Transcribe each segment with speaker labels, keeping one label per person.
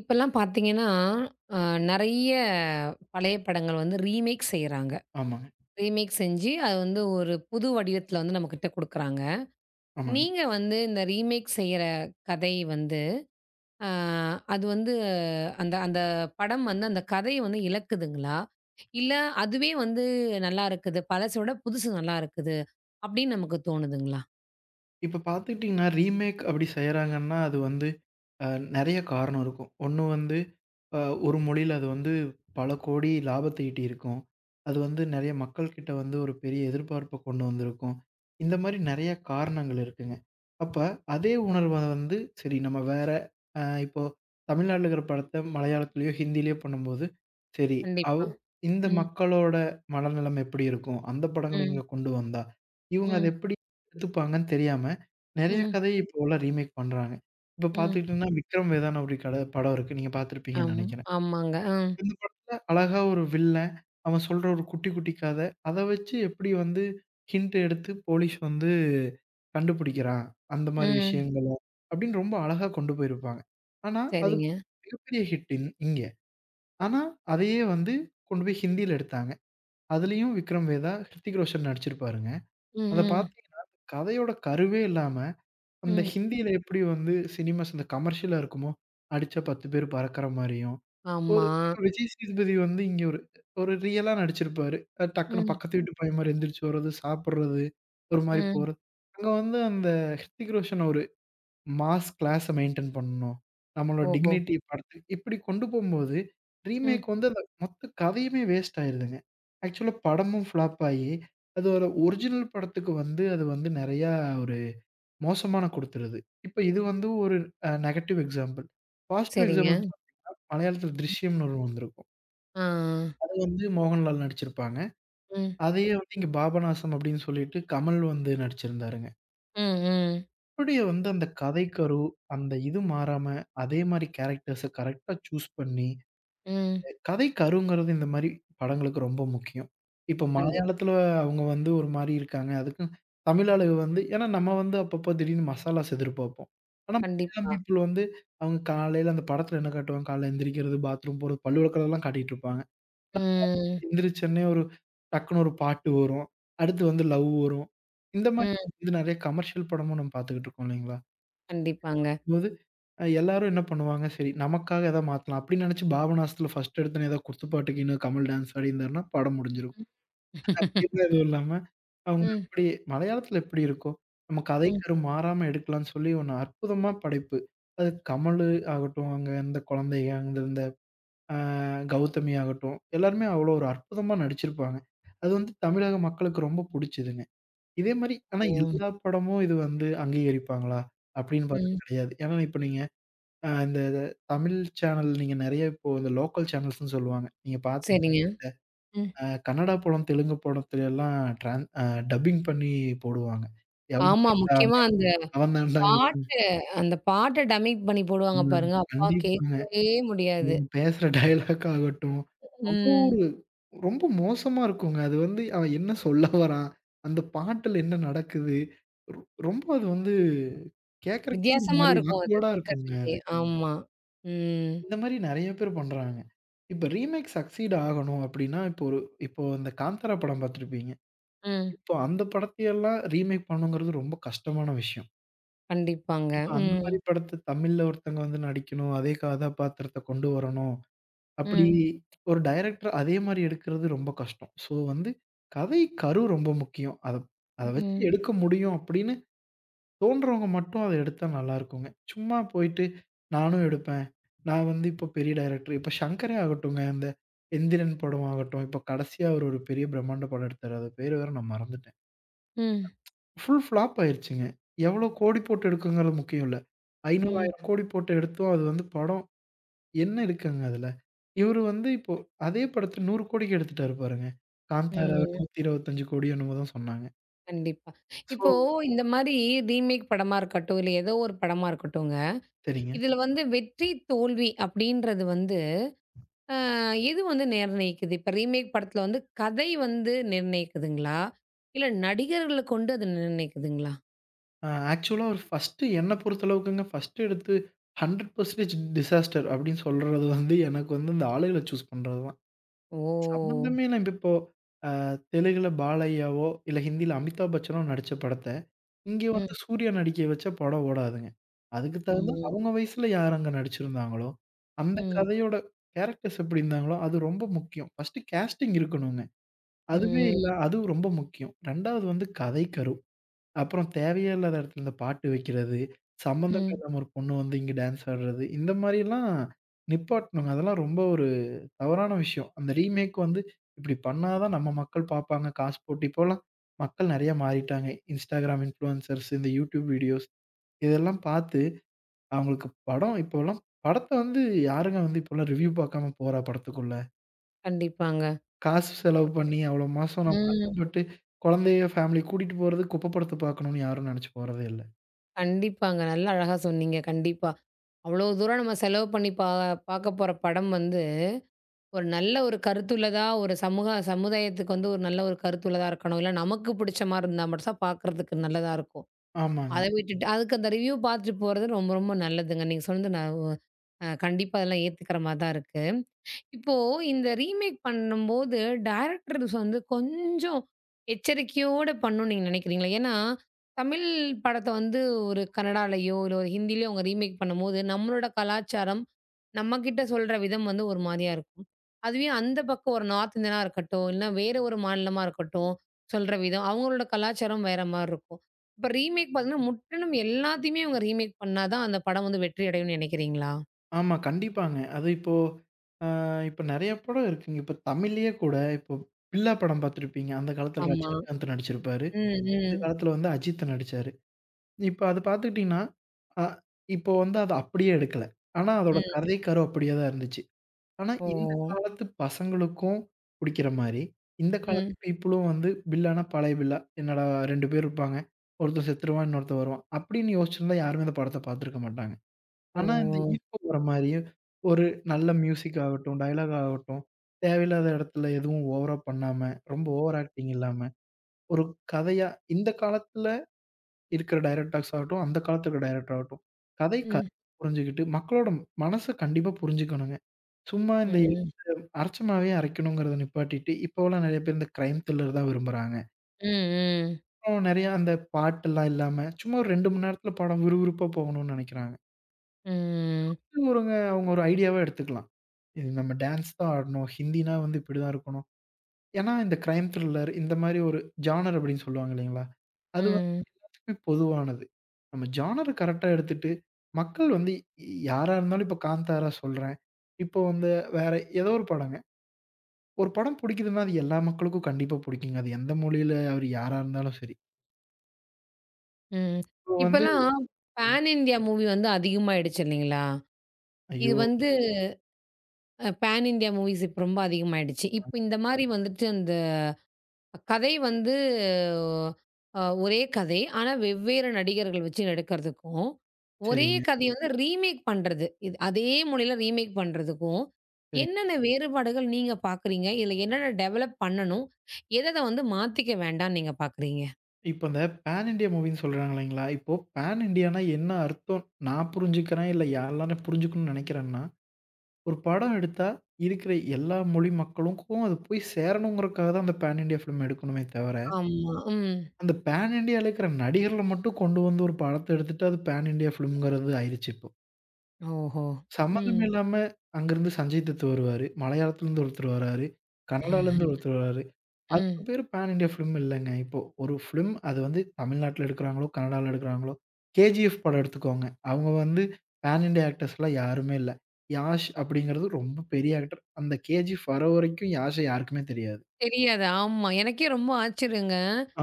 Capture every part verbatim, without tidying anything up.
Speaker 1: இப்பல்லாம் பார்த்தீங்கன்னா, அ நெறைய பழைய படங்கள் வந்து ரீமேக் செய்றாங்க.
Speaker 2: ஆமாங்க,
Speaker 1: ரீமேக் செஞ்சு அது வந்து ஒரு புது வடிவத்துல வந்து நம்மகிட்ட குடுக்குறாங்க.
Speaker 2: ஆமாங்க.
Speaker 1: நீங்க வந்து இந்த ரீமேக் செய்ற கதை வந்து, அ அது வந்து அந்த அந்த படம் வந்து அந்த கதைய வந்து இழக்குதுங்களா? இல்ல அதுவே வந்து நல்லா இருக்குது. பழசோட புதுசு நல்லா இருக்குது. அப்படின்னு நமக்கு தோணுதுங்களா?
Speaker 2: இப்ப பார்த்துக்கிட்டீங்கன்னா, ரீமேக் அப்படி செய்றாங்கன்னா, அது வந்து அ நெறைய காரணம் இருக்கும். ஒண்ணு வந்து அ ஒரு மொழியில அது வந்து பல கோடி லாபத்தை ஈட்டியிருக்கும். அது வந்து நெறைய மக்கள்கிட்ட வந்து ஒரு பெரிய எதிர்பார்ப்ப கொண்டு வந்திருக்கும். இந்த மாரி நெறைய காரணங்கள் இருக்குங்க. அப்ப அதே உணர்வ வந்து சரி, நம்ம வேற அ இப்போ தமிழ்நாட்ல இருக்கிற படத்த மலையாளத்திலயோ, ஹிந்திலயோ பண்ணும்போது, சரி, அவ்
Speaker 1: கண்டிப்பா.
Speaker 2: இந்த
Speaker 1: ம்,
Speaker 2: மக்களோட மனநிலைமை எப்படி இருக்கும்? அந்த படங்கள
Speaker 1: ம்,
Speaker 2: இங்க கொண்டு வந்தா, இவங்க அத
Speaker 1: ம்,
Speaker 2: எப்படி எடுத்துப்பாங்கன்னு தெரியாம, நெறைய
Speaker 1: ம்,
Speaker 2: கதைய இப்போலாம் ரீமேக் பண்றாங்க. இப்ப
Speaker 1: ம்.
Speaker 2: பார்த்துக்கிட்டீங்கன்னா, விக்ரம் வேதான்னு ஒரு கட படம் இருக்கு. நீங்க பார்த்துருப்பீங்கன்னு
Speaker 1: ஆமா,
Speaker 2: நெனைக்கிறேன்.
Speaker 1: ஆமாங்க. அ,
Speaker 2: இந்த படத்துல அழகா ஒரு வில்லன், அவன் சொல்ற ஒரு குட்டி, குட்டி கத. அத வச்சு எப்படி வந்து ஹிண்ட் எடுத்து போலீஸ் வந்து கண்டுபிடிக்கிறான், அந்த மாரி
Speaker 1: ம்.
Speaker 2: விஷயங்கள, அப்படின்னு ரொம்ப அழகா கொண்டு போயிருப்பாங்க. ஆனா, அது
Speaker 1: சரிங்க.
Speaker 2: மிகப்பெரிய ஹிட் இங் இங்க. ஆனா, அதையே வந்து கொண்டு போய் ஹிந்தியில எடுத்தாங்க. அதுலயும் விக்ரம் வேதா, ஹிருத்திக் ரோஷன் நடிச்சிருப்பாருங்க.
Speaker 1: ம்,
Speaker 2: அத
Speaker 1: ம்.
Speaker 2: பார்த்தீங்கன்னா, கதையோட கருவே இல்லாம, அந்த
Speaker 1: ம்.
Speaker 2: ஹிந்தியில எப்படி வந்து சினிமாஸ் அந்த கமர்ஷியலா இருக்குமோ, அடிச்சா பத்து பேர் பறக்கிற மாரியும்
Speaker 1: ஆமா.
Speaker 2: ஒரு இப்ப விஜய் சேதுபதி வந்து இங்க ஒரு ஒரு ரியலா நடிச்சிருப்பாரு. அது டக்குனு
Speaker 1: ம்.
Speaker 2: பக்கத்து ம். வீட்டு பையன் மாரி எந்திரிச்சு வர்றது, சாப்பிடுறது, ஒரு மாரி
Speaker 1: ம்.
Speaker 2: போறது. அங்க வந்து அந்த ஹிருத்திக் ரோஷன் ஒரு மாஸ் கிளாஸ மெயின்டெயின் பண்ணணும். நம்மளோட
Speaker 1: ஓஹோ!
Speaker 2: டிக்னிட்டி படத்துக்கு இப்படி கொண்டு போம்போது,
Speaker 1: ம்.
Speaker 2: ரீமேக் வந்து அந்த மொத்த கதையுமே வேஸ்ட் ஆயிருதுங்க. ஆக்சுவலா படமும் ஃப்ளாப் ஆயி, அதோட ஒரிஜினல் படத்துக்கு வந்து அது வந்து நெறையா ஒரு மோசமான குடுத்துருது. இப்ப இது வந்து ஒரு அ நெகட்டிவ் எக்ஸாம்பிள். பாசிட்டிவ்
Speaker 1: சரிங்க.
Speaker 2: எக்ஸாம்பிள். மலையாளத்தில "திருஷ்யம்னு" ஒரு வந்திருக்கும்.
Speaker 1: ஆ, ஆ.
Speaker 2: அது வந்து மோகன்லால் நடிச்சிருப்பாங்க.
Speaker 1: ம்.
Speaker 2: அதையே வந்து இங்க பாபநாசம் அப்படின்னு சொல்லிட்டு கமல் வந்து நடிச்சிருந்தாருங்க.
Speaker 1: ம். ம்.
Speaker 2: அப்படியே வந்து அந்த கதை கரு, அந்த இது மாறாம அதே மாரி கேரக்டர்ஸ கரெக்ட்டா சூஸ் பண்ணி,
Speaker 1: ம்.
Speaker 2: அ கதை கருங்கிறது இந்த மாரி படங்களுக்கு ரொம்ப முக்கியம். இப்ப
Speaker 1: கண்டிப்பாங்க.
Speaker 2: மலையாளத்துல அவங்க வந்து ஒரு மாரி இருக்காங்க. அதுக்கும் தமிழ் ஆளுக வந்து ஏன்னா நம்ம வந்து அப்பப்போ திடீர்னு மசாலாஸ் எதிர்பார்ப்போம். ஆனா மலையாளம்
Speaker 1: கண்டிப்பா.
Speaker 2: பீப்பிள் வந்து அவங்க காலையில அந்த படத்துல என்ன காட்டுவாங்க? காலைல எந்திரிக்கிறது, பாத்ரூம் போறது, பல்லு விளக்குறதெல்லாம் காட்டிட்டு இருப்பாங்க.
Speaker 1: ம்.
Speaker 2: எந்திரிச்சோனே ஒரு டக்குனு ஒரு பாட்டு வரும். அடுத்து வந்து லவ் வரும். இந்த மாரி
Speaker 1: ம்.
Speaker 2: இது நெறைய கமர்ஷியல் படமும் நம்ம பார்த்துக்கிட்டு இருக்கோம் இல்லைங்களா?
Speaker 1: கண்டிப்பாங்க.
Speaker 2: போது அ எல்லாரும் என்ன பண்ணுவாங்க, சரி நமக்காக எதா மாத்தலாம் அப்படின்னு நெனச்சு பாபநாசத்தில ஃபர்ஸ்ட் எடுத்தோனே ஏதோ குத்துப்பாட்டுக்குன்னு கமல் டான்ஸ் ஆடியிருந்தாருன்னா படம் முடிஞ்சிருக்கும்.
Speaker 1: ம்.
Speaker 2: அப்படிலாம் எதுவும் இல்லாம அவங்க
Speaker 1: ம்.
Speaker 2: அப்படியே மலையாளத்தில எப்படி இருக்கோ, நம்ம
Speaker 1: ம்.
Speaker 2: கதைக்கரு மாறாம எடுக்கலான்னு சொல்லி ஒண்ணு அற்புதமா படைப்பு. அது கமலு ஆகட்டும், அங்க இருந்த குழந்தைங்க, அங்க இருந்த ஆ கௌதமி ஆகட்டும், எல்லாருமே அவ்வளோ ஒரு அற்புதமா நடிச்சிருப்பாங்க. அது வந்து தமிழக மக்களுக்கு ரொம்ப புடிச்சதுங்க. இதே மாரி ஆனா எல்லா படமும் இது வந்து அங்கீகரிப்பாங்களா? அப்படின்னு பார்த்தா
Speaker 1: ம்.
Speaker 2: கிடையாது. ஏன்னா இப்ப நீங்க அ இந்த தமிழ் சேனல் நீங்க நெறைய இப்போ இந்த லோக்கல் சேனல்ஸ்ன்னு சொல்லுவாங்க. நீங்க பாத்
Speaker 1: சரிங்க. ம்.
Speaker 2: அ கன்னடா படம், தெலுங்கு படத்துல எல்லாம் டிரான் அ டப்பிங் பண்ணி போடுவாங்க. "எவன்
Speaker 1: ஆமா.
Speaker 2: தான்டா அவன்,
Speaker 1: முக்கியமா அந்த
Speaker 2: அவன் தான்டா இவன்."
Speaker 1: பாட்டு அந்த பாட்ட டமிக் பண்ணி போடுவாங்க பாருங்க. அப்பா
Speaker 2: கண்டிப்பாங்க.
Speaker 1: கேட்கவே முடியாது.
Speaker 2: அவங்க பேசுற டயலாக் ஆகட்டும், அவ்ளோ
Speaker 1: ம்.
Speaker 2: ஒரு ரொம்ப மோசமா இருக்குங்க. அது வந்து அவன் என்ன சொல்ல வரான்? அந்த பாட்டுல என்ன நடக்குது? ரொ ரொம்ப அது வந்து கேட்கறதுக்கே ஒரு
Speaker 1: வித்தியாசமா
Speaker 2: மாரி
Speaker 1: இருக்கும் அது
Speaker 2: ஆக்வர்டா இருக்குங்க
Speaker 1: கேட்கறதுக்கே.
Speaker 2: அது.
Speaker 1: ஆமா. ம்.
Speaker 2: இந்த மாரி நெறைய பேர் பண்றாங்க. இப்ப ரீமேக் சக்சீட் ஆகணும் அப்டின்னா, இப்போ ஒரு இப்போ இந்த காந்தாரா படம் பார்த்துருப்பீங்க.
Speaker 1: ம்.
Speaker 2: இப்போ அந்த படத்தையெல்லாம் ரீமேக் பண்ணணுங்கிறது ரொம்ப கஷ்டமான விஷயம்.
Speaker 1: கண்டிப்பாங்க.
Speaker 2: இப்ப அந்த
Speaker 1: ம்.
Speaker 2: மாரி படத்த தமிழ்ல ஒருத்தங்க வந்து நடிக்கணும். அதே கதாபாத்திரத்த கொண்டு வரணும். அப்படி
Speaker 1: ம்.
Speaker 2: ஒரு டைரக்டர் அதே மாரி எடுக்கிறது ரொம்ப கஷ்டம். ஸோ வந்து கதை, கரு ரொம்ப முக்கியம். அத அத வச்சு
Speaker 1: ம்.
Speaker 2: எடுக்க முடியும் அப்படின்னு தோன்றவங்க மட்டும் அத எடுத்தா நல்லாருக்குங்க. சும்மா போயிட்டு நானும் எடுப்பேன். நான் வந்து இப்போ பெரிய டைரக்டர். இப்ப சங்கரே ஆகட்டுங்க, இந்த எந்திரன் படம் ஆகட்டும், இப்போ கடைசியா அவரு ஒரு பெரிய பிரம்மாண்ட படம் எடுத்தாரு. அது பேரு வேற நான் மறந்துட்டேன்.
Speaker 1: ம்.
Speaker 2: ஃபுல் ஃப்ளாப் ஆயிருச்சுங்க. எவ்வளோ கோடி போட்டு எடுக்குங்கிறது முக்கியம் இல்ல. ஐநூறு,
Speaker 1: ம்.
Speaker 2: ஆயிரம் கோடி போட்டு எடுத்தும் அது வந்து படம் என்ன இருக்குங்க அதுல? இவரு வந்து இப்போ அதே படத்த நூறு கோடிக்கு எடுத்துட்டாரு பாருங்க. காந்தாரா
Speaker 1: ம்.
Speaker 2: நூற்று இருபத்தி ஐந்து கோடி என்னமோ தான் சொன்னாங்க.
Speaker 1: கண்டிப்பா.
Speaker 2: ஸோ
Speaker 1: இப்போ இந்த மாரி ரீமேக் படமா இருக்கட்டும், இல்ல ஏதோ ஒரு படமா இருக்கட்டுங்க.
Speaker 2: சரிங்க.
Speaker 1: இதுல வந்து வெற்றி, தோல்வி அப்படின்றது வந்து அ எது வந்து நிர்ணயிக்குது? இப்ப ரீமேக் படத்துல வந்து கதை வந்து நிர்ணயிக்குதுங்களா? இல்ல நடிகர்கள கொண்டு அது நிர்ணயிக்குதுங்களா?
Speaker 2: அ ஆக்சுவலா அவரு ஃபர்ஸ்ட்டு என்ன பொறுத்தளவுக்குங்க, ஃபர்ஸ்ட்டு எடுத்து நூறு சதவீதம் டிசாஸ்டர் அப்படின்னு சொல்றது வந்து எனக்கு வந்து இந்த ஆளுகள சூஸ் பண்றது தான்.
Speaker 1: ஓ!
Speaker 2: சம்மந்தமே இல்ல. இப்போ அ தெலுங்குல பாலையாவோ, இல்ல ஹிந்தில அமிதாப் பச்சனோ நடிச்ச படத்த இங்க
Speaker 1: ம்.
Speaker 2: வந்து சூர்யா நடிக்க வச்சா படம் ஓடாதுங்க. அதுக்கு தகுந்த
Speaker 1: ம்.
Speaker 2: அவங்க வயசுல யார் அங்க நடிச்சிருந்தாங்களோ, அந்த
Speaker 1: ம்.
Speaker 2: கதையோட கேரக்டர்ஸ் எப்படி இருந்தாங்களோ, அது ரொம்ப முக்கியம். ஃபர்ஸ்ட் கேஸ்டிங் இருக்கணுங்க. அதுவே
Speaker 1: ம்.
Speaker 2: இல்ல, அதுவும் ரொம்ப முக்கியம். 2வது வந்து கதை கரு. அப்புறம் தேவையே இல்லாத இடத்துல இந்த பாட்டு வைக்கிறது, சம்மந்தமே
Speaker 1: ம்.
Speaker 2: இல்லாம ஒரு பொண்ணு வந்து இங்க டான்ஸ் ஆடுறது, இந்த மாரிலாம் நிப்பாட்டணுங்க. அதெல்லாம் ரொம்ப ஒரு தவறான விஷயம். அந்த ரீமேக் வந்து இப்டி பண்ணா தான் நம்ம மக்கள் பார்ப்பாங்க காசு போட்டு. இப்போலாம் மக்கள் நெறைய மாறிட்டாங்க. Instagram இன்ஃப்ளூயன்சர்ஸ், இந்த YouTube வீடியோஸ் இதெல்லாம் பார்த்து அவங்களுக்கு படம் இப்போலாம் படத்த வந்து யாருங்க வந்து இப்போலாம் ரிவ்யூ பார்க்காம போறா படத்துக்குள்ள?
Speaker 1: கண்டிப்பாங்க.
Speaker 2: காசு செலவு பண்ணி அவ்வளோ மாசம் நம்ம
Speaker 1: ம்.
Speaker 2: கஷ்டப்பட்டு குழந்தைய ஃபேமிலிய கூட்டிட்டு போறது குப்ப படத்த பார்க்கணும்னு யாரும் நெனச்சு போறதே இல்ல.
Speaker 1: கண்டிப்பாங்க. நல்லா அழகா சொன்னீங்க. கண்டிப்பா. அவ்வளோ தூரம் நம்ம செலவு பண்ணி பா பார்க்க போற படம் வந்து ஒரு நல்ல ஒரு கருத்துள்ளதா, ஒரு சமூக சமுதாயத்துக்கு வந்து ஒரு நல்ல ஒரு கருத்துள்ளதா இருக்கணும். இல்ல நமக்கு பிடிச்ச மாரி இருந்தா மட்டும் தான் பார்க்கறதுக்கு நல்லதா இருக்கும். அத
Speaker 2: ஆமாங்க.
Speaker 1: விட்டுட்டு அதுக்கு அந்த ரிவ்யூ பார்த்துட்டு போறது ரொம்ப ரொம்ப நல்லதுங்க. நீங்க சொன்னது நான் அ கண்டிப்பா அதெல்லாம் ஏத்துக்கிற மாரி தான் இருக்கு. இப்போ இந்த ரீமேக் பண்ணும்போது, டைரக்டர்ஸ் வந்து கொஞ்சம் எச்சரிக்கையோட பண்ணணும்னு நீங்க நினைக்கிறீங்களா? ஏன்னா, தமிழ் படத்த வந்து ஒரு கன்னடாலயோ, இல்ல ஒரு ஹிந்திலயோ அவங்க ரீமேக் பண்ணும்போது, நம்மளோட கலாச்சாரம், நம்மகிட்ட சொல்ற விதம் வந்து ஒரு மாரியா இருக்கும். அதுவே அந்த பக்கம் ஒரு நார்த் இந்தியனா இருக்கட்டும், இல்ல வேற ஒரு மாநிலமா இருக்கட்டும், சொல்ற விதம், அவங்களோட கலாச்சாரம் வேற மாரி இருக்கும். இப்ப ரீமேக் பார்த்தீங்கன்னா, முற்றிலும் எல்லாத்தையுமே அவங்க ரீமேக் பண்ணா தான் அந்த படம் வந்து வெற்றி அடையும்னு நினைக்கிறீங்களா?
Speaker 2: ஆமா கண்டிப்பாங்க. அது இப்போ அ இப்ப நெறைய படம் இருக்குங்க. இப்ப தமிழ்லயே கூட இப்போ பில்லா படம் பார்த்துருப்பீங்க. அந்த காலத்துல
Speaker 1: ஆமா.
Speaker 2: ரஜினிகாந்த் நடிச்சிருப்பாரு.
Speaker 1: ம்,
Speaker 2: இந்த
Speaker 1: ம்.
Speaker 2: காலத்துல வந்து அஜித் நடிச்சாரு. இப்ப அது பார்த்துக்கிட்டீங்கன்னா, அ இப்போ வந்து அத அப்படியே எடுக்கல. ஆனா அதோட கதை கரு அப்படியே தான் இருந்துச்சு. ஆனா
Speaker 1: ஓ!
Speaker 2: இந்த காலத்து பசங்களுக்கும் புடிக்கிற மாரி, இந்த காலத்து
Speaker 1: ம்.
Speaker 2: பீப்புளும் வந்து பில்லானா பழைய பில்லா. என்னடா ரெண்டு பேர் இருப்பாங்க. ஒருத்தன் செத்துருவான், இன்னொருத்தன் வருவான். அப்படின்னு யோசிச்சிருந்தா யாருமே அந்த படத்த பார்த்துருக்க மாட்டாங்க.
Speaker 1: ஓ!
Speaker 2: ஆனா இந்த ஈர்ப்பு வர மாரியும் ஒரு நல்ல மியூசிக் ஆகட்டும், டயலாக் ஆகட்டும், தேவையில்லாத இடத்துல எதுவும் ஓவரா பண்ணாம, ரொம்ப ஓவர் ஆக்டிங் இல்லாம, ஒரு கதையா இந்த காலத்துல இருக்கிற டைரக்டர்ஸ் ஆகட்டும், அந்த காலத்துக்கு டைரக்டர் ஆகட்டும். கதை க
Speaker 1: ம்.
Speaker 2: புரிஞ்சுகிட்டு, மக்களோட மனச கண்டிப்பா புரிஞ்சுக்கணுங்க. சும்மா இந்த
Speaker 1: ம்.
Speaker 2: எழுத்த அரைச்சமாவே அரைக்கணுங்கிறத நிப்பாட்டிட்டு, இப்போலாம் நெறைய பேர் இந்த கிரைம் த்ரில்லர் தான் விரும்புறாங்க.
Speaker 1: ம், ம்.
Speaker 2: அப்புறம் நெறைய அந்த பாட்டெல்லாம் இல்லாம, சும்மா ஒரு ரெண்டு மணி நேரத்தில படம் விறுவிறுப்பா போகணும்னு நெனைக்கிறாங்க.
Speaker 1: ம்.
Speaker 2: இது ஒருங்க அவங்க ஒரு ஐடியாவா எடுத்துக்கலாம். இது நம்ம டான்ஸ் தான் ஆடணும். ஹிந்தினா வந்து இப்படி தான் இருக்கணும். ஏன்னா, இந்த கிரைம் த்ரில்லர் இந்த மாரி ஒரு ஜானர் அப்படின்னு சொல்லுவாங்க இல்லைங்களா? அது
Speaker 1: ம்.
Speaker 2: பொதுவானது. நம்ம ஜானர் கரெக்ட்டா எடுத்துட்டு, மக்கள் வந்து யாரா இருந்தாலும் இப்ப காந்தாரா சொல்றேன். இப்போ வந்து வேற ஏதோ ஒரு படங்க. ஒரு படம் பிடிக்குதுன்னா, அது எல்லா மக்களுக்கும் கண்டிப்பா பிடிக்குங்க. அது எந்த மொழியில அவரு யாரா இருந்தாலும் சரி.
Speaker 1: ம்.
Speaker 2: இப்போ வந்து
Speaker 1: இப்பலாம்
Speaker 2: ம்.
Speaker 1: பான் இந்தியா மூவி வந்து அதிகமாயிடுச்சு இல்லைங்களா? இது
Speaker 2: ஐயோ!
Speaker 1: வந்து அ பான் இந்தியா மூவிஸ் இப்ப ரொம்ப அதிகமாயிடுச்சு. இப்ப இந்த மாரி வந்துட்டு அந்த கதை வந்து அ ஒரே கதை. ஆனா, வெவ்வேறு நடிகர்கள் வச்சு எடுக்கிறதுக்கும், ஒரே
Speaker 2: சரிங்க,
Speaker 1: கதைய வந்து ரீமேக் பண்றது. இது அதே மொழியில ரீமேக் பண்றதுக்கும்,
Speaker 2: சரிங்க.
Speaker 1: என்னென்ன வேறுபாடுகள் நீங்க பார்க்குறீங்க? இதுல என்னென்ன டெவலப் பண்ணணும்? எத எத வந்து மாத்திக்க வேண்டாம்ன்னு நீங்க பார்க்குறீங்க?
Speaker 2: இப்ப இந்த பான் இண்டியா மூவின்னு சொல்றாங்க இல்லைங்களா? இப்போ பான் இண்டியானா என்ன அர்த்தம்? நான் புரிஞ்சுக்கிறேன், இல்ல எல்லாரும் புரிஞ்சுக்கணும்னு நினைக்கிறேன்னா, ஒரு படம் எடுத்தா இருக்கிற எல்லா மொழி மக்களுக்கும் அது போய் சேரணுங்கிறதுக்காக தான் அந்த பான் இண்டியா ஃபிலிம் எடுக்கணுமே தவிர
Speaker 1: ஆமா. ம்.
Speaker 2: அந்த பேன் இண்டியால இருக்கிற நடிகர்கள மட்டும் கொண்டு வந்து ஒரு படத்த எடுத்துட்டு, அது பேன் இண்டியா ஃபிலிம்ங்கிறது ஆயிருச்சு இப்போ.
Speaker 1: ஓஹோ! ம்.
Speaker 2: சம்மந்தமே இல்லாம அங்கருந்து சஞ்சய் தத் வருவாரு. மலையாளத்துலருந்து ஒருத்தர் வராரு. கன்னடாலருந்து ஒருத்தர் வராரு. அதுக்கு
Speaker 1: ம்.
Speaker 2: பேரு பேன் இண்டியா ஃபிலிம் இல்லங்க. இப்போ ஒரு ஃபிலிம் அது வந்து தமிழ்நாட்டுல எடுக்குறாங்களோ, கன்னடால எடுக்குறாங்களோ, கேஜிஎஃப் படம் எடுத்துக்கோங்க. அவங்க வந்து பேன் இண்டியா ஆக்டர்ஸ்லாம் யாருமே இல்ல. யாஷ் அப்படிங்கிறது ரொம்ப பெரிய ஆக்டர். அந்த கேஜிஎஃப் வர வரைக்கும் யாஷ யாருக்குமே தெரியாது.
Speaker 1: தெரியாது. ஆமா. எனக்கே ரொம்ப ஆச்சரியங்க.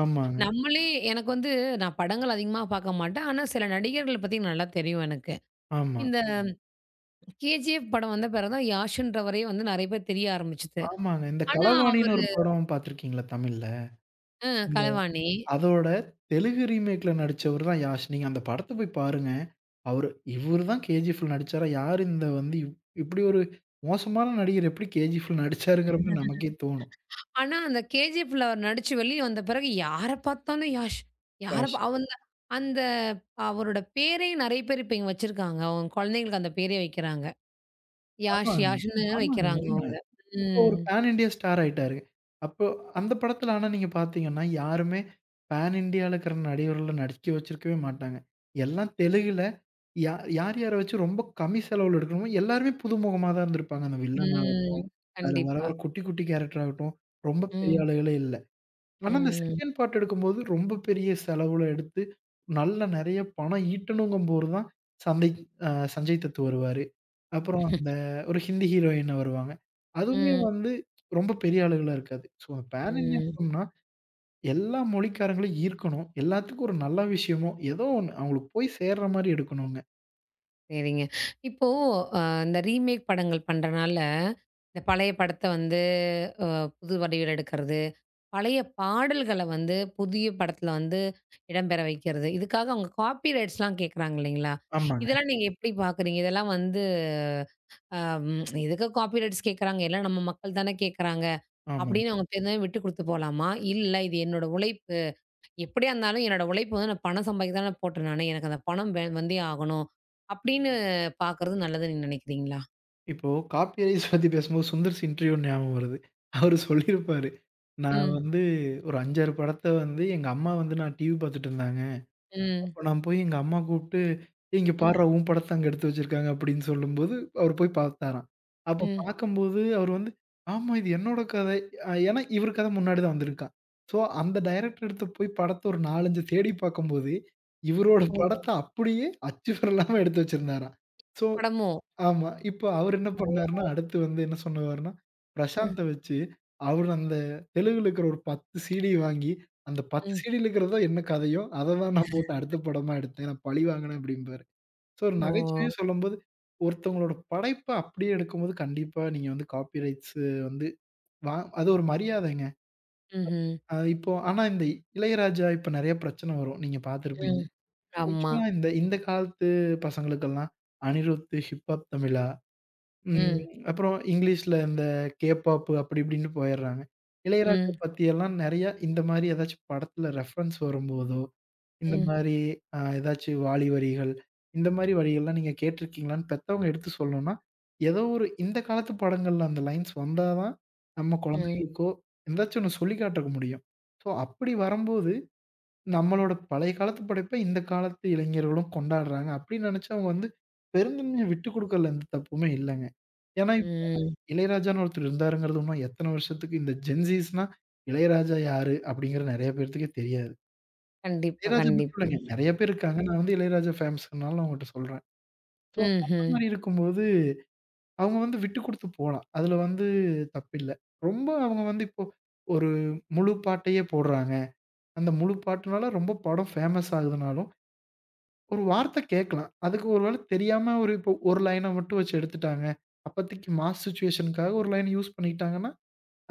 Speaker 2: ஆமாங்க.
Speaker 1: நம்மளே எனக்கு வந்து நான் படங்கள் அதிகமா பார்க்க மாட்டேன். ஆனா, சில நடிகர்கள பத்தி நல்லா தெரியும் எனக்கு.
Speaker 2: ஆமா.
Speaker 1: இந்த கே ஜி எஃப் படம் வந்த பிறகு தான் யாஷ்ன்றவரே வந்து நெறைய பேர் தெரிய ஆரம்பிச்சது.
Speaker 2: ஆமாங்க. இந்த
Speaker 1: ஆனா
Speaker 2: களவாணின்னு
Speaker 1: அவரு
Speaker 2: ஒரு படம் பார்த்துருக்கீங்களா தமிழ்ல?
Speaker 1: அ
Speaker 2: அந்த
Speaker 1: கலைவாணி.
Speaker 2: அதோட தெலுங்கு ரீமேக்ல நடிச்சவர் தான் யாஷ். நீங்க அந்த படத்த போய் பாருங்க. அவரு இவரு தான் கேஜிஎஃப்ல நடிச்சாரா? யாரு இந்த வந்து இப் இப்படி ஒரு மோசமான நடிகர் எப்படி கேஜிஎஃப்ல நடிச்சாருங்கிற மாரி நமக்கே தோணும்.
Speaker 1: ஆனா அந்த கே ஜி எஃப்ல அவர் நடிச்சு வெளிய வந்த பிறகு யார பார்த்தாலும் யாஷ். யார
Speaker 2: யாஷ்.
Speaker 1: பா அந்த அந்த அவரோட பேரே நெறைய பேர் இப்ப இங்க வச்சிருக்காங்க. அவங்க குழந்தைங்களுக்கு அந்த பேரே வைக்கிறாங்க. யாஷ்,
Speaker 2: ஆமாங்க,
Speaker 1: யாஷ்ன்னு
Speaker 2: ஆமாங்க.
Speaker 1: வைக்கிறாங்க
Speaker 2: உண்ம.
Speaker 1: அவங்க.
Speaker 2: இப்போ ஒரு
Speaker 1: ம்.
Speaker 2: பான் இண்டியா ஸ்டார் ஆயிட்டாரு. அப்போ அந்த படத்துல ஆனா நீங்க பார்த்தீங்கன்னா, யாருமே பான் இண்டியால இருக்கிற நடிகர்கள நடிக்க வச்சிருக்கவே மாட்டாங்க. எல்லாம் தெலுங்குல யா யார் யார வச்சு ரொம்ப கம்மி செலவுல எடுக்கணுமோ எல்லாருமே புதுமுகமா தான் இருந்திருப்பாங்க அந்த வில்லனா.
Speaker 1: ம்.
Speaker 2: அதுல வர
Speaker 1: கண்டிப்பா.
Speaker 2: ஒரு குட்டி, குட்டி கேரக்டர் ஆகட்டும், ரொம்ப பெரிய
Speaker 1: ம்.
Speaker 2: ஆளுகளே இல்ல. ஆனா, அந்த
Speaker 1: ம்.
Speaker 2: செகண்ட் பார்ட் எடுக்கும்போது ரொம்ப பெரிய செலவுல எடுத்து, நல்ல நெறைய பணம் ஈட்டணுங்கும்போது தான் சந்தைக் அ சஞ்சய் தத் வருவாரு. அப்புறம்
Speaker 1: ம்.
Speaker 2: அந்த ஒரு ஹிந்தி ஹீரோயின் வருவாங்க. அதுவுமே வந்து ரொம்ப பெரிய ஆளுகளா இருக்காது. ஸோ, பேன் இண்டியா
Speaker 1: ம்.
Speaker 2: ஃபிலிம்னா எல்லா மொழிக்காரங்களையும் ஈர்க்கணும். எல்லாத்துக்கும் ஒரு நல்ல விஷயமோ, ஏதோ ஒண்ணு அவங்களுக்கு போய் சேர்ற மாரி எடுக்கணுங்க.
Speaker 1: சரிங்க. இப்போ அ இந்த ரீமேக் படங்கள் பண்றனால, இந்த பழைய படத்த வந்து அ புது வடிவில எடுக்கிறது, பழைய பாடல்கள வந்து புதிய படத்துல வந்து இடம்பெற வைக்கிறது. இதுக்காக அவங்க காப்பி ரைட்ஸ்லாம் கேட்குறாங்க இல்லைங்களா?
Speaker 2: ஆமாங்க.
Speaker 1: இதெல்லாம் நீங்க எப்படி பார்க்குறீங்க? இதெல்லாம் வந்து அ ம் எதுக்கு காப்பி ரைட்ஸ் கேட்குறாங்க? எல்லாம் நம்ம மக்கள் தானே கேட்குறாங்க.
Speaker 2: ஆமா.
Speaker 1: அப்படின்னு அவங்க தெரிஞ்சவங்க விட்டு குடுத்து போலாமா? இல்ல இது என்னோட உழைப்பு எப்படியா இருந்தாலும் என்னோட உழைப்பு வந்து நான் பணம் சம்பாதிக்க தானே போட்டேன் நானு. எனக்கு அந்த பணம் வே வந்தே ஆகணும். அப்படின்னு பார்க்கறது நல்லதுன்னு நீங்க நினைக்கிறீங்களா?
Speaker 2: இப்போ காப்பி ரைஸ் பத்தி பேசும்போது சுந்தர் சி இன்டர்வியூ ஞாபகம் வருது. அவரு சொல்லியிருப்பாரு. நான்
Speaker 1: ம்,
Speaker 2: வந்து ஒரு ஐந்து, ஆறு படத்த வந்து எங்க அம்மா வந்து நான் டிவி பார்த்துட்டு இருந்தாங்க.
Speaker 1: ம்,
Speaker 2: அப்ப நான் போய் எங்க அம்மா கூப்பிட்டு, "ஏய் இங்க
Speaker 1: ம்,
Speaker 2: பார்றா உன் படத்த அங்க எடுத்து வச்சிருக்காங்க" அப்படின்னு சொல்லும்போது, அவரு போய் பார்த்தாராம். அப்ப
Speaker 1: ம்.
Speaker 2: பார்க்கும்போது அவரு வந்து, "ஆமா இது என்னோட கதை." அ ஏன்னா இவரு கதை முன்னாடி தான் வந்திருக்கான். ஸோ அந்த டைரக்டர் எடுத்து போய் படத்த ஒரு நான்கு, அஞ்சு தேடி பார்க்கும்போது, இவரோட
Speaker 1: ஓஹோ!
Speaker 2: படத்த அப்படியே அச்சு பெறலாம எடுத்து வச்சிருந்தாராம். ஸோ
Speaker 1: படமும்.
Speaker 2: ஆமா. இப்ப அவரு என்ன பண்ணாருன்னா,
Speaker 1: ஓ!
Speaker 2: அடுத்து வந்து என்ன சொன்னவாருன்னா,
Speaker 1: ம்,
Speaker 2: பிரசாந்த வச்சு, அவரு அந்த தெலுங்குல இருக்கிற ஒரு பத்து சிடி வாங்கி, அந்த பத்து
Speaker 1: ம்.
Speaker 2: சிடில இருக்கிறதோ என்ன கதையோ, அத தான் நான் போட்டு அடுத்த படமா எடுத்தேன். நான் பழி வாங்கினேன் அப்படிம்பாரு. ஸோ ஒரு
Speaker 1: ஓ!
Speaker 2: நகைச்சுவையா சொல்லும்போது, ஒருத்தவங்களோட படைப்ப அப்படியே எடுக்கும்போது, கண்டிப்பா நீங்க வந்து காப்பி ரைட்ஸு வந்து வா அது ஒரு மரியாதைங்க.
Speaker 1: ம்ஹ்ம்.
Speaker 2: அ இப்போ ஆனா இந்த இளையராஜா இப்ப நெறைய பிரச்சனை வரும். நீங்க பார்த்துருப்பீங்க.
Speaker 1: ம். ஆமா.
Speaker 2: ஆக்சுவலா இந்த இந்த காலத்து பசங்களுக்கெல்லாம், அனிருத், ஹிப் ஹாப் தமிழா ம்.
Speaker 1: ம்,
Speaker 2: அப்புறம் இங்கிலீஷ்ல இந்த K-பாப் அப்படி இப்படின்னு போயிடுறாங்க. இளையராஜா
Speaker 1: ம்,
Speaker 2: பத்தியெல்லாம் நெறையா இந்த மாரி ஏதாச்சும் படத்துல ரெஃபரன்ஸ் வரும்போதோ, இந்த
Speaker 1: ம்,
Speaker 2: மாரி அ ஏதாச்சும் வாலி வரிகள், இந்த மாரி வரிகள்லாம் நீங்க கேட்டுருக்கீங்களான்னு பெத்தவங்க எடுத்து சொல்லணும்னா, ஏதோ ஒரு இந்த காலத்து படங்கள்ல அந்த லைன்ஸ் வந்தா தான் நம்ம
Speaker 1: ம்,
Speaker 2: குழந்தைகளுக்கோ எதாச்சும் ஒண்ணு சொல்லி காட்டிருக்க முடியும். ஸோ அப்படி வரம்போது, நம்மளோட பழைய காலத்து படைப்ப இந்த காலத்து இளைஞர்களும் கொண்டாடுறாங்க. அப்படின்னு நெனச்சு அவங்க வந்து பெருந்தன்மைய விட்டு குடுக்கறதுல எந்த தப்புமே இல்லங்க. ஏன்னா
Speaker 1: ம்.
Speaker 2: இளையராஜான்னு ஒருத்தர் இருந்தாருங்கிறது இன்னும் எத்தன வருஷத்துக்கு இந்த ஜென்ஸீஸ்னா இளையராஜா யாரு? அப்படிங்கிற நெறைய பேர்த்துக்கே தெரியாது.
Speaker 1: கண்டிப்பா,
Speaker 2: இளையராஜா மட்டும்
Speaker 1: கண்டிப்பா.
Speaker 2: இல்லங்க. நெறைய பேர் இருக்காங்க.
Speaker 1: ம்.
Speaker 2: நான் வந்து இளையராஜா ஃபேன்ஸ்னால நான் உங்கட்ட சொல்றேன். ஸோ அந்த
Speaker 1: ம்ஹ்ம்.
Speaker 2: மாரி இருக்கும்போது, அவங்க வந்து விட்டு குடுத்து போலாம். அதுல வந்து தப்பில்ல. ரொம்ப அவங்க வந்து இப்போ ஒரு முழு பாட்டையே போடுறாங்க. அந்த முழு பாட்டுனால ரொம்ப படம் ஃபேமஸ் ஆகுதுனாலும், ஒரு வார்த்தை கேட்கலாம். அதுக்கு ஒரு வேள தெரியாம ஒரு இப்போ ஒரு லைன மட்டும் வச்சு எடுத்துட்டாங்க. அப்பதைக்கு மாஸ் சிச்சுவேஷன்க்காக ஒரு லைன் யூஸ் பண்ணிக்கிட்டாங்கன்னா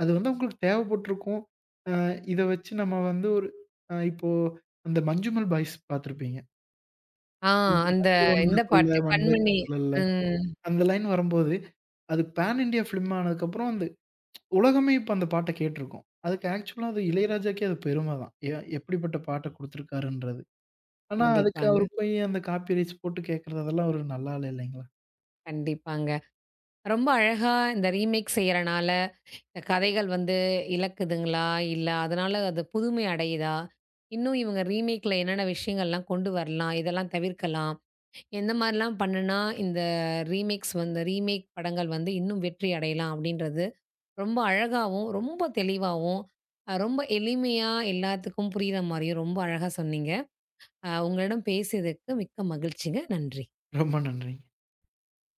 Speaker 2: அது வந்து அவங்களுக்கு தேவைப்பட்டுருக்கும். அ இத வச்சு நம்ம வந்து ஒரு அ இப்போ அந்த மஞ்சுமல் பாய்ஸ் பார்த்திருப்பீங்க.
Speaker 1: ஆ
Speaker 2: இந்த
Speaker 1: அந்த
Speaker 2: மனித
Speaker 1: இந்த
Speaker 2: உணர்ந்துகொள்ள
Speaker 1: பாட்டு
Speaker 2: மனித
Speaker 1: கண்மணி.
Speaker 2: காதலல்ல.
Speaker 1: ம்.
Speaker 2: அந்த லைன் வரும்போது, அது பான் இண்டியா ஃபிலிம் ஆனதுக்கப்புறம் அந்த உலகமே இப்ப அந்த பாட்ட கேட்டுருக்கும். அதுக்கு ஆக்சுவலா அது இளையராஜாக்கே அது பெருமை தான். எ எப்படிப்பட்ட பாட்ட குடுத்துருக்காருன்றது. ஆனா, அதுக்கு அவரு
Speaker 1: கண்டிப்பாங்க,
Speaker 2: போய் அந்த காப்பி ரைட்ஸ் போட்டு கேட்கறது அதெல்லாம் ஒரு நல்லால இல்லைங்களா?
Speaker 1: கண்டிப்பாங்க. ரொம்ப அழகா இந்த ரீமேக் செய்யறனால கதைகள் வந்து இலக்குதுங்களா? இல்ல அதனால அது புதுமை அடையுதா? இன்னும் இவங்க ரீமேக்ல என்னென்ன விஷயங்கள்லாம் கொண்டு வரலாம்? இதெல்லாம் தவிர்க்கலாம். எந்த மாரிலாம் பண்ணுனா இந்த ரீமேக்ஸ் வந்து ரீமேக் படங்கள் வந்து இன்னும் வெற்றி அடையலாம் அப்படின்றது ரொம்ப அழகாவும், ரொம்ப தெளிவாவும், அ ரொம்ப எளிமையா எல்லாத்துக்கும் புரியிற மாரியும் ரொம்ப அழகா சொன்னீங்க. அ உங்களிடம் பேசியதுக்கு மிக்க மகிழ்ச்சிங்க. நன்றி.
Speaker 2: ரொம்ப நன்றி.